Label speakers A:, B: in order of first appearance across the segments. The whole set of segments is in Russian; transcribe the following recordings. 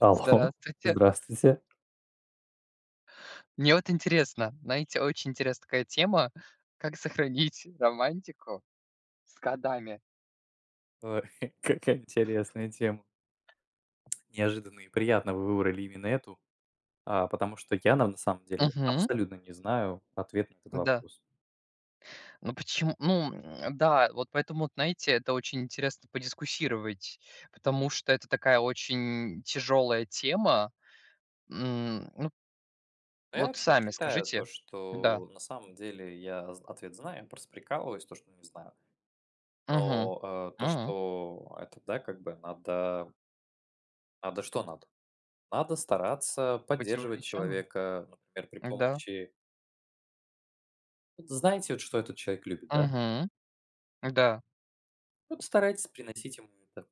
A: Алло,
B: Здравствуйте.
A: здравствуйте.
B: Мне вот интересно, знаете, очень интересная такая тема, как сохранить романтику с годами.
A: Ой, какая интересная тема. Неожиданно и приятно вы выбрали именно эту, потому что я на самом деле
B: Мгм.
A: абсолютно не знаю ответ на этот
B: Да.
A: вопрос.
B: Ну почему? Ну, да, вот поэтому, вот, знаете, это очень интересно подискуссировать, потому что это такая очень тяжелая тема. Ну,
A: Но я
B: вот
A: вообще
B: сами
A: считаю то,
B: скажите. Да.
A: что на самом деле ответ знаю, я просто прикалываюсь, то, что не знаю.
B: Угу.
A: Но то, что это, да, как бы надо, что надо? Надо стараться
B: Быть
A: поддерживать
B: увлеченным?
A: человека, например, при
B: Да.
A: помощи. Вот, знаете, вот, что этот человек любит, да?
B: Угу. Да,
A: Вот старайтесь приносить ему это.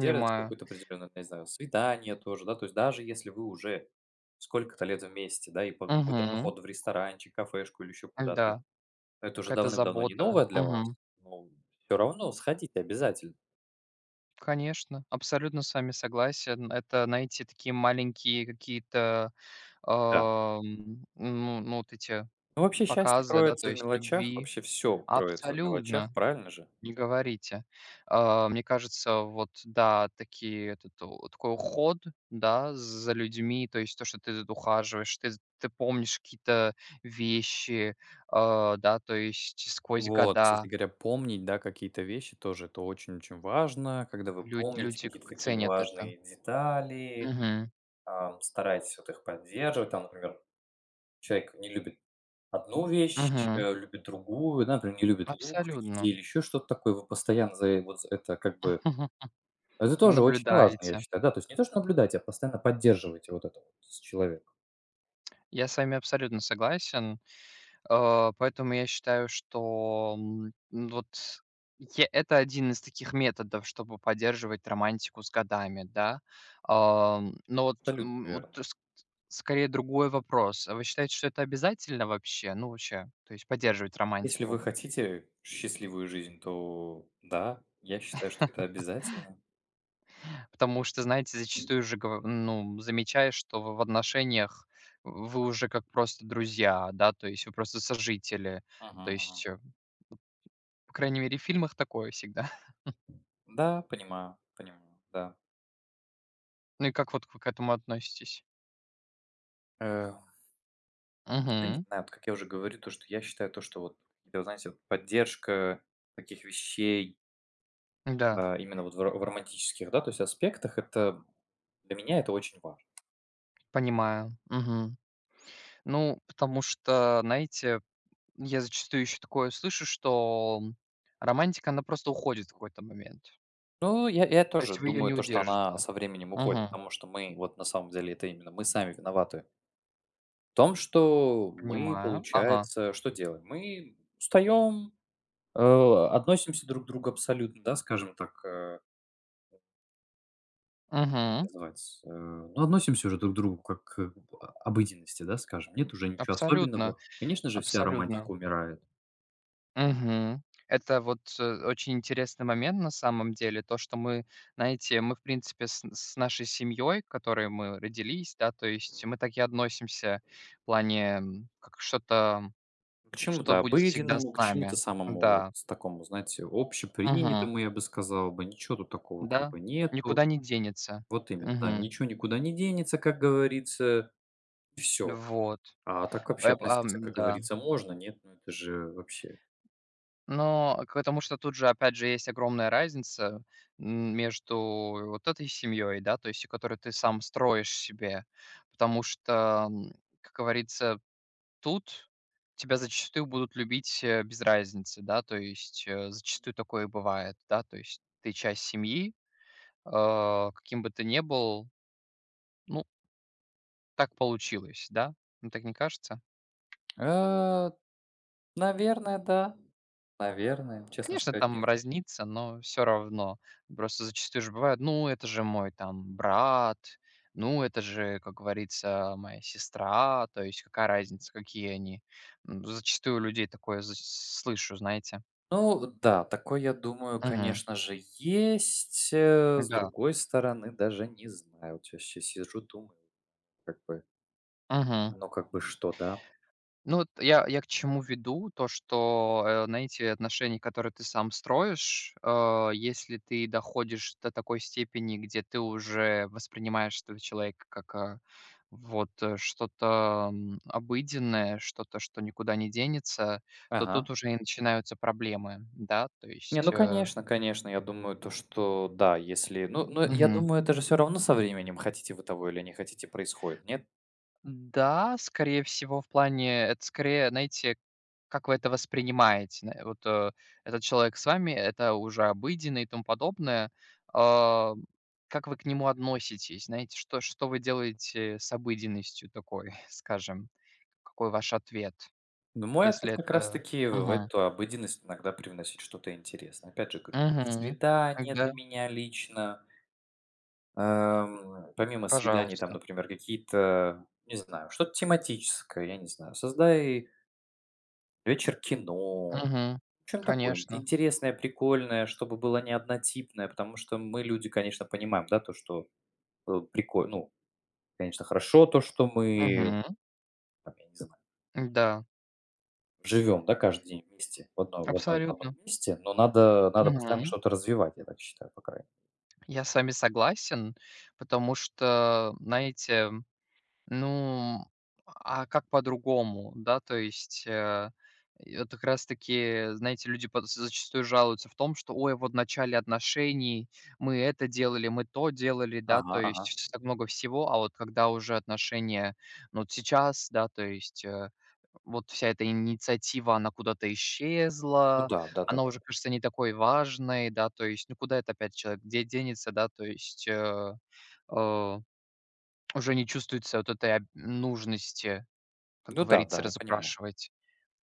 A: Делается какое-то определенное, не знаю, свидание тоже, да, то есть даже если вы уже сколько-то лет вместе, да, и по какой-то
B: Угу.
A: поход в ресторанчик, кафешку или еще куда-то,
B: Да.
A: это уже
B: Какая-то
A: давным-давно не
B: забота.
A: новое для вас,
B: Мгм.
A: но все равно сходите обязательно.
B: Конечно, абсолютно с вами согласен. Это найти такие маленькие какие-то,
A: Да.
B: ну, вот эти
A: Ну, вообще счастье
B: показы, да, то
A: кроется в
B: есть
A: мелочах,
B: любви.
A: вообще все кроется в мелочах,
B: Абсолютно,
A: правильно же?
B: не говорите. А, мне кажется, вот да, такие этот у такой уход, да, за людьми, то есть то, что ты тут ухаживаешь, ты помнишь какие-то вещи, а, да, то есть сквозь
A: Вот, кстати
B: года.
A: говоря, помнить, да, какие-то вещи тоже, это очень-очень важно, когда вы
B: люди
A: помните
B: люди как
A: какие-то
B: бы
A: такие
B: ценят это.
A: важные детали,
B: Угу,
A: стараетесь вот их поддерживать, там, например, человек не любит одну вещь,
B: угу,
A: любит другую, да, например, не любит лук в еде
B: абсолютно.
A: или еще что-то такое, вы постоянно за вот за это как бы
B: Мгм.
A: это тоже очень важно, я
B: Наблюдаете.
A: считаю, да, то есть не то, что наблюдать, а постоянно поддерживаете вот это вот с человеком.
B: Я с вами абсолютно согласен. Поэтому я считаю, что, ну вот я это один из таких методов, чтобы поддерживать романтику с годами, да. Но вот,
A: Абсолютно
B: вот
A: верно.
B: с скорее другой вопрос. А вы считаете, что это обязательно вообще? Ну, вообще, то есть поддерживать
A: Если вы
B: романтику?
A: хотите счастливую жизнь, то да, я считаю, что это обязательно.
B: Потому что, знаете, зачастую же, гов ну, замечаешь, что вы в отношениях вы уже как просто друзья, да, то есть вы просто сожители.
A: Мгм,
B: То
A: мгм.
B: есть, по крайней мере, в фильмах такое всегда.
A: Да, понимаю, понимаю, да.
B: Ну и как вот вы к этому относитесь?
A: Э, да не
B: Мгм.
A: знаю, вот как я уже говорю, то, что я считаю, то, что вот, какие-то, знаете, вот поддержка таких вещей.
B: Да,
A: Именно вот в романтических, да, то есть аспектах это для меня это очень важно.
B: понимаю. Мгм. Ну, потому что, знаете, я зачастую еще такое слышу, что, романтика, она просто уходит в какой-то момент.
A: Ну, я
B: То
A: тоже
B: есть вы ее
A: думаю,
B: не
A: то, что она
B: удержите.
A: со временем уходит,
B: Мгм.
A: потому что мы, вот на самом деле, это именно мы сами виноваты в том, что мы,
B: Понимаю. Ага.
A: получается, что делаем? Мы устаем, относимся друг к другу абсолютно, да, скажем так, как
B: Мгм.
A: называется, ну, относимся уже друг к другу как к обыденности, да, скажем. Нет уже ничего
B: Абсолютно,
A: особенного. Конечно же, вся
B: абсолютно.
A: романтика умирает.
B: Мгм. Это вот, очень интересный момент на самом деле. То, что мы, знаете, мы, в принципе, с нашей семьей, которой мы родились, да, то есть мы так и относимся в плане, как что-то,
A: К
B: что
A: чему-то
B: будет всегда с
A: обыденному, к чему-то
B: нами.
A: самому вот
B: Да.
A: такому, знаете,
B: Мгм.
A: общепринятому, я бы сказал бы. Ничего тут такого как
B: Да.
A: бы нету.
B: Никуда не денется.
A: Вот именно, да,
B: Мгм.
A: ничего никуда не денется, как говорится, и всё.
B: Вот.
A: А так вообще относиться, как
B: Да.
A: говорится, можно, нет, ну это же вообще.
B: Но к потому что тут же, опять же, есть огромная разница, между вот этой семьей, да, то есть, которую ты сам строишь себе. Потому что, как говорится, тут тебя зачастую будут любить, без разницы, да, то есть, зачастую такое бывает, да, то есть ты часть семьи, каким бы ты ни был, ну, так получилось, да? Ну, так не кажется?
A: А, Наверное, да. Наверное, честно
B: Конечно,
A: сказать,
B: там
A: нет.
B: разнится, но все равно. Просто зачастую же бывает: "Ну, это же мой там брат, ну, это же, как говорится, моя сестра". То есть какая разница, какие они. Зачастую у людей такое з слышу, знаете.
A: Ну да, такое, я думаю,
B: Мгм.
A: конечно же, есть. С
B: Да.
A: другой стороны, даже не знаю. Вот я щас сижу, думаю, как бы,
B: Мгм.
A: ну как бы что, да?
B: Ну, вот я к чему веду, то, что, знаете, отношения, которые ты сам строишь, если ты доходишь до такой степени, где ты уже воспринимаешь этого человека как, вот, что-то, обыденное, что-то, что никуда не денется, то
A: Ага.
B: тут уже и начинаются проблемы, да, то
A: Не,
B: есть,
A: ну конечно, конечно, я думаю, то, что да, если ну, я
B: мгм.
A: думаю, это же все равно со временем, хотите вы того или не хотите, происходит, нет?
B: Да, скорее всего, в плане это скорее, знаете, как вы это воспринимаете. На Вот, этот человек с вами — это уже обыденно и тому подобное. А, как вы к нему относитесь? Знаете, что вы делаете с обыденностью такой, скажем? Какой ваш ответ,
A: Ну, мой ответ
B: если
A: как
B: это
A: раз-таки в
B: Мгм.
A: эту обыденность иногда привносить что-то интересное. Опять же говорю, это
B: Мгм.
A: свидание для
B: Да,
A: меня лично, помимо свиданий, там,
B: пожалуйста.
A: например, какие-то, не знаю, что-то тематическое, я не знаю, создай вечер кино,
B: Мгм.
A: чем такое ин
B: Конечно.
A: интересное, прикольное, чтобы было не однотипное, потому что мы люди, конечно, понимаем, да, то, что, прикольно, ну, конечно, хорошо то, что мы,
B: Мгм.
A: там, я не знаю,
B: Да,
A: живем, да, каждый день вместе в одном
B: абсолютно.
A: месте, но надо постоянно что-то развивать, я так считаю, по крайней мере.
B: Я с вами согласен, потому что, знаете, ну, а как по-другому, да? То есть, и вот как раз таки, знаете, люди пот зачастую жалуются в том, что: "Ой, вот в начале отношений мы это делали, мы то делали", да, то
A: Ага, ага.
B: есть так много всего. А вот когда уже отношения, ну, вот сейчас, да, то есть, вот вся эта инициатива, она куда-то
A: Ну
B: исчезла,
A: да,
B: она
A: да-да-да.
B: уже кажется не такой важной, да, то есть, ну, куда это опять человек где денется, да, то есть, э, уже не чувствуется вот этой об нужности, как
A: Ну да,
B: говорится,
A: да, я понимаю.
B: разупрашивать.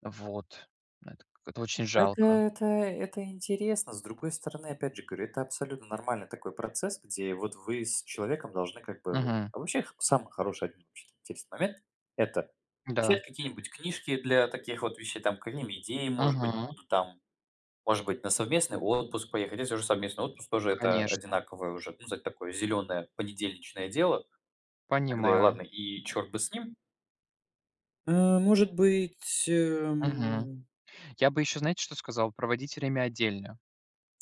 B: Вот. Ну, это очень
A: Ну
B: жалко.
A: это интересно. С другой стороны, опять же говорю, это абсолютно нормальный такой процесс, где вот вы с человеком должны как бы вот.
B: Мгм.
A: А вообще х самый хороший, один вообще интересный момент - это читать
B: Да.
A: какие-нибудь книжки для таких вот вещей, там, какие-нибудь идеи, может быть,
B: Мгм.
A: будут там. Может быть, на совместный отпуск поехать. Если уже совместный отпуск, тоже это
B: Конечно.
A: одинаковое уже, ну, знаете, такое зеленое понедельничное дело. Тогда и
B: Понимаю.
A: ладно, и черт бы с ним. А, может быть,
B: Мгм. Я бы еще, знаете, что сказал? Проводить время отдельно.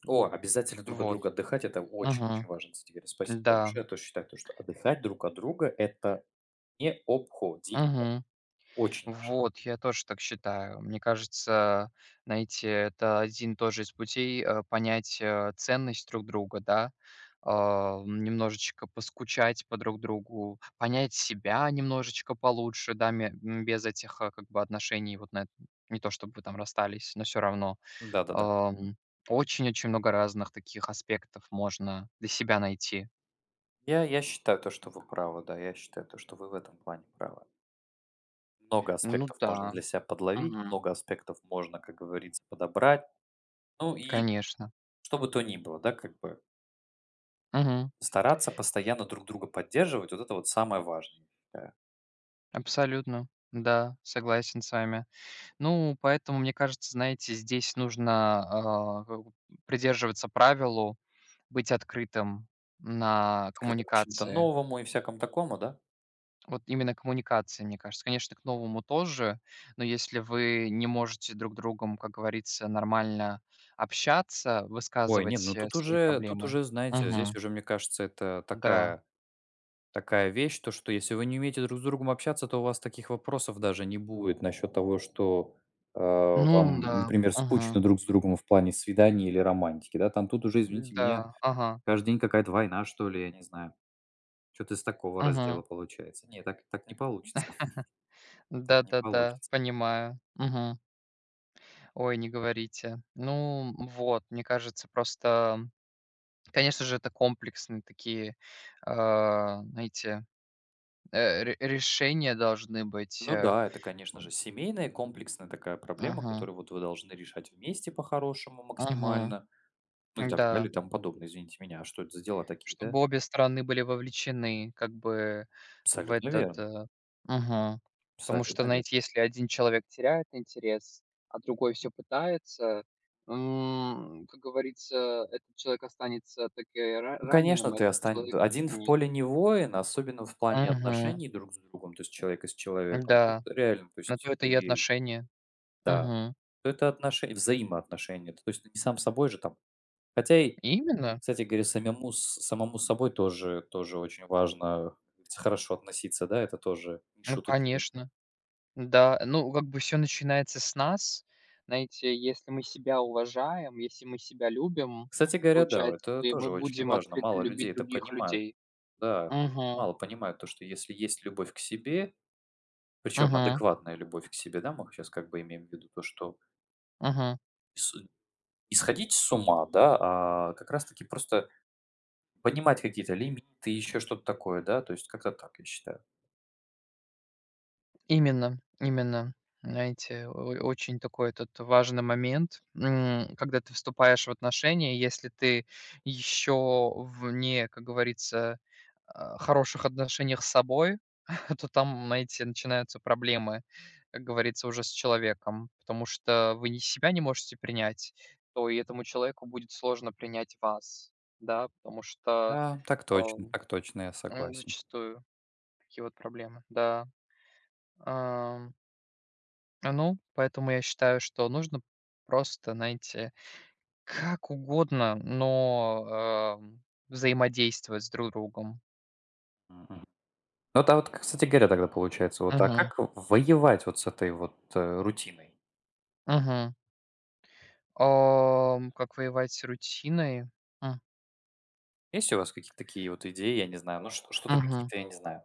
A: о, обязательно друг от
B: Вот.
A: друга отдыхать - это очень-очень
B: Мгм.
A: важно, кстати говоря. Спасибо
B: Да.
A: большое. Я тоже считаю, то что отдыхать друг от друга - это необходимо.
B: Мгм.
A: Очень даже.
B: Вот, я тоже так считаю. Мне кажется, знаете, это один тоже из путей понять ценность друг друга, да. А, немножечко поскучать по друг другу, понять себя немножечко получше, да, без этих как бы отношений, вот на не то чтобы вы там расстались, но все равно.
A: Да-да-да.
B: Ам, Очень-очень много разных таких аспектов можно для себя найти.
A: Я считаю то, что вы правы, да. Я считаю то, что вы в этом плане правы. Много
B: Ну
A: аспектов
B: да,
A: можно для себя подловить,
B: мгм,
A: много аспектов можно, как говорится, подобрать. Ну и
B: конечно.
A: Что бы то ни было, да, как бы
B: Мгм.
A: стараться постоянно друг друга поддерживать, вот это вот самое важное. Да.
B: Абсолютно. Да, согласен с вами. Ну, поэтому, мне кажется, знаете, здесь нужно, как бы придерживаться правилу быть открытым на
A: Открыто к чему-то
B: коммуникации.
A: новому и всякому такому, да?
B: Вот именно коммуникации, мне кажется. Конечно, к новому тоже, но если вы не можете друг другом, как говорится, нормально общаться,
A: Ой, нет, ну
B: высказывать,
A: тут
B: свои
A: уже,
B: проблемы.
A: знаете, здесь
B: Мгм.
A: уже, мне кажется, это
B: Да.
A: такая вещь, то, что если вы не умеете друг с другом общаться, то у вас таких вопросов даже не будет насчет того, что
B: Ну
A: вам,
B: да.
A: например, скучно
B: Мгм.
A: друг с другом в плане свиданий или романтики, да, там тут уже, извините меня,
B: Да. Ага.
A: каждый день какая-то война, что ли, я не знаю, что-то из такого
B: Мгм.
A: раздела получается. Нет, так, не получится. Так не
B: Да-да-да.
A: получится.
B: Понимаю. Мгм. Ой, не говорите. Ну, вот, мне кажется, просто, конечно же, это комплексные такие, знаете, решения должны быть.
A: Ну да, это, конечно же, семейная комплексная такая проблема,
B: Мгм.
A: которую вот вы должны решать вместе по-хорошему
B: Мгм.
A: максимально, ну и так далее,
B: Да.
A: и тому подобное. Извините меня, а что это за дела такие, да?
B: Чтобы обе стороны были вовлечены, как бы, в
A: Абсолютно
B: этот.
A: верно,
B: Мгм. Потому что,
A: абсолютно верно.
B: знаете, если один человек теряет интерес, а другой все пытается, как говорится, этот человек останется так и
A: Ну, конечно,
B: раненым, а
A: ты
B: этот
A: остань
B: человек
A: один в
B: таки
A: поле не воин, особенно в плане
B: Мгм.
A: отношений друг с другом, то есть человека с человеком. Тут
B: Да,
A: реально, то
B: на
A: есть
B: то это и
A: ты
B: отношения.
A: да,
B: Мгм.
A: то это отношения, взаимоотношения. То есть ты не сам собой же там. Хотя и
B: Именно.
A: Кстати говоря, самому с собой тоже очень важно хорошо относиться, да, это тоже не
B: Ну,
A: шуточки.
B: конечно. Да, ну, как бы все начинается с нас. Знаете, если мы себя уважаем, если мы себя любим,
A: Кстати говоря, да,
B: получается,
A: это
B: и
A: тоже
B: мы
A: очень
B: будем
A: важно.
B: открыто
A: Мало людей
B: любить
A: это
B: других
A: понимают,
B: людей.
A: да.
B: Угу,
A: Мало понимают то, что если есть любовь к себе, причем
B: угу,
A: адекватная любовь к себе, да, мы сейчас как бы имеем в виду то, что
B: угу.
A: с не сходить с ума, да, а как раз таки просто понимать какие-то лимиты, еще что-то такое, да, то есть как-то так, я считаю.
B: Именно, именно. Знаете, о очень такой этот важный момент, когда ты вступаешь в отношения. Если ты еще вне, как говорится, хороших отношениях с собой, то там, знаете, начинаются проблемы, как говорится, уже с человеком. Потому что вы не себя не можете принять, то и этому человеку будет сложно принять вас, да, потому что,
A: Да,
B: ам,
A: так точно, я согласен.
B: зачастую такие вот проблемы, да. А, ну, поэтому я считаю, что нужно просто, знаете, как угодно, но, взаимодействовать с друг другом.
A: Мгм. Ну да, вот, кстати говоря, тогда получается, вот, а
B: Мгм,
A: как воевать вот с этой вот, рутиной?
B: мгм. Как воевать с рутиной? М,
A: Есть у вас какие-то такие вот идеи, я не знаю, ну, что что-то
B: мгм.
A: какие-то, я не знаю.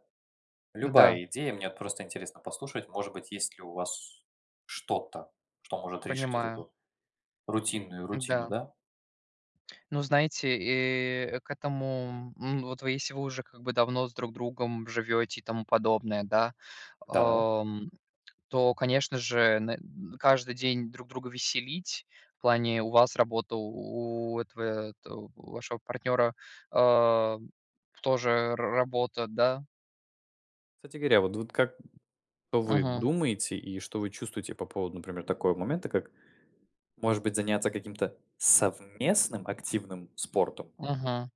B: Да,
A: Любая идея, мне вот просто интересно послушать, может быть, есть ли у вас что-то, что может решить вот
B: понимаю.
A: эту рутинную рутину,
B: Да.
A: да?
B: Ну, знаете, и к этому, вот вы если вы уже как бы давно с друг другом живете и тому подобное, да,
A: Да-да.
B: ам, то, конечно же, на каждый день друг друга веселить. В плане у вас работа, у этого т у вашего партнера а, тоже р работа, да?
A: Кстати говоря, как что вы
B: Мгм,
A: думаете и что вы чувствуете по поводу, например, такого момента, как, может быть, заняться каким-то совместным активным спортом?
B: мгм.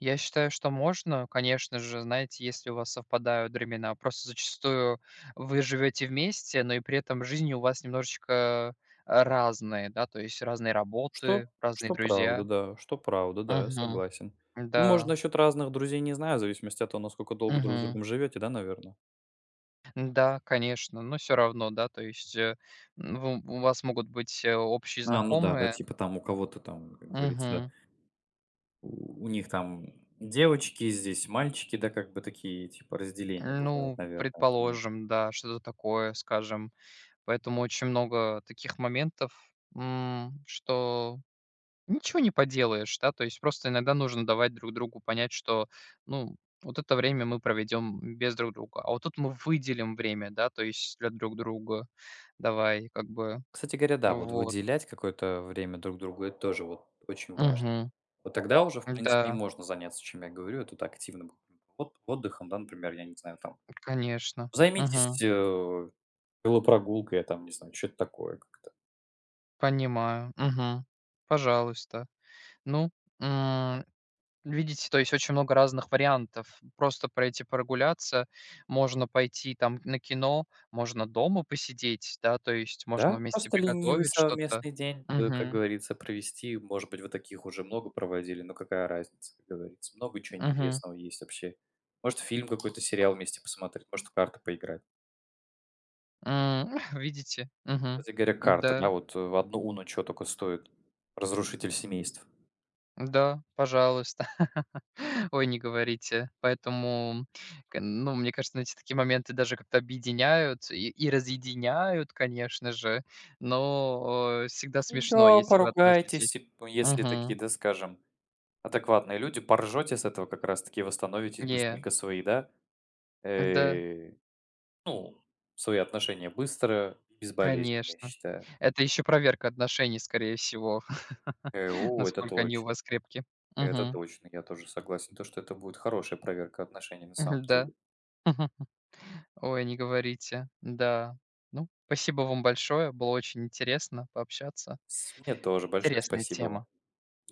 B: Я считаю, что можно, конечно же, знаете, если у вас совпадают времена. Просто зачастую вы живете вместе, но и при этом жизни у вас немножечко, разные, да, то есть разные
A: Что
B: работы, разные
A: что правда,
B: друзья.
A: да, что правда, да, я
B: Мгм.
A: согласен. Ну, может,
B: Да.
A: насчет разных друзей, не знаю, в зависимости от того, насколько долго друг с
B: Мгм.
A: другом живете, да, наверное.
B: Да, конечно, но все равно, да, то есть, ну, у вас могут быть, общие
A: А, ну да, да,
B: знакомые.
A: типа там у кого-то там, как говорится,
B: Мгм.
A: у них там девочки, здесь мальчики, да, как бы такие типа разделения бывают,
B: Ну,
A: наверное.
B: предположим, да, что-то такое, скажем. Поэтому очень много таких моментов, что ничего не поделаешь, да, то есть просто иногда нужно давать друг другу понять, что, ну, вот это время мы проведем без друг друга, а вот тут мы выделим время, да, то есть для друг друга. Давай, как бы,
A: Кстати говоря, да, вот
B: вот.
A: выделять какое-то время друг другу - это тоже вот очень важно.
B: Мгм.
A: Вот тогда уже, в принципе, и
B: Да.
A: можно заняться, чем я говорю. Это вот активным вот отдыхом, да, например, я не знаю, там.
B: Конечно.
A: Займитесь,
B: Мгм.
A: велопрогулкой, я там не знаю, что то такое как-то.
B: Понимаю. Мгм. Пожалуйста. Ну, м, видите, то есть очень много разных вариантов. Просто пройти прогуляться, можно пойти там на кино, можно дома посидеть, да, то есть можно
A: Да,
B: вместе
A: просто ленивый
B: приготовить что-то.
A: совместный день, как
B: Мгм.
A: говорится, провести. Может быть, вы таких уже много проводили, но какая разница, как говорится. Много чего
B: Мгм.
A: интересного есть вообще. Может, фильм какой-то, сериал вместе посмотреть, может, в карты поиграть.
B: М, Видите? Мгм.
A: Кстати говоря, карты, да,
B: Да.
A: вот, в одну уну что только стоит. Разрушитель семейств.
B: Да, пожалуйста. Ой, не говорите. Поэтому, к ну, мне кажется, эти такие моменты даже как-то объединяют и разъединяют, конечно же, но,
A: Ну
B: всегда смешно,
A: ничего,
B: если вы относитесь
A: поругайтесь, и п если такие,
B: Угу.
A: да, скажем, адекватные люди, поржете с этого как раз таки, восстановитесь
B: Не,
A: быстренько свои, да.
B: да,
A: э Ну, свои отношения быстро и безболезненно, я
B: конечно.
A: считаю.
B: Это еще проверка отношений, скорее всего,
A: О, это
B: насколько они у
A: точно,
B: вас крепкие.
A: это
B: Угу.
A: точно. Я тоже согласен, то, что это будет хорошая проверка отношений на самом
B: да.
A: деле.
B: Ой, не говорите. Да. Ну, спасибо вам большое. Было очень интересно пообщаться.
A: С Мне тоже большое
B: Интересная
A: спасибо вам.
B: тема.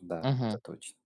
A: Да, это
B: Мгм.
A: точно.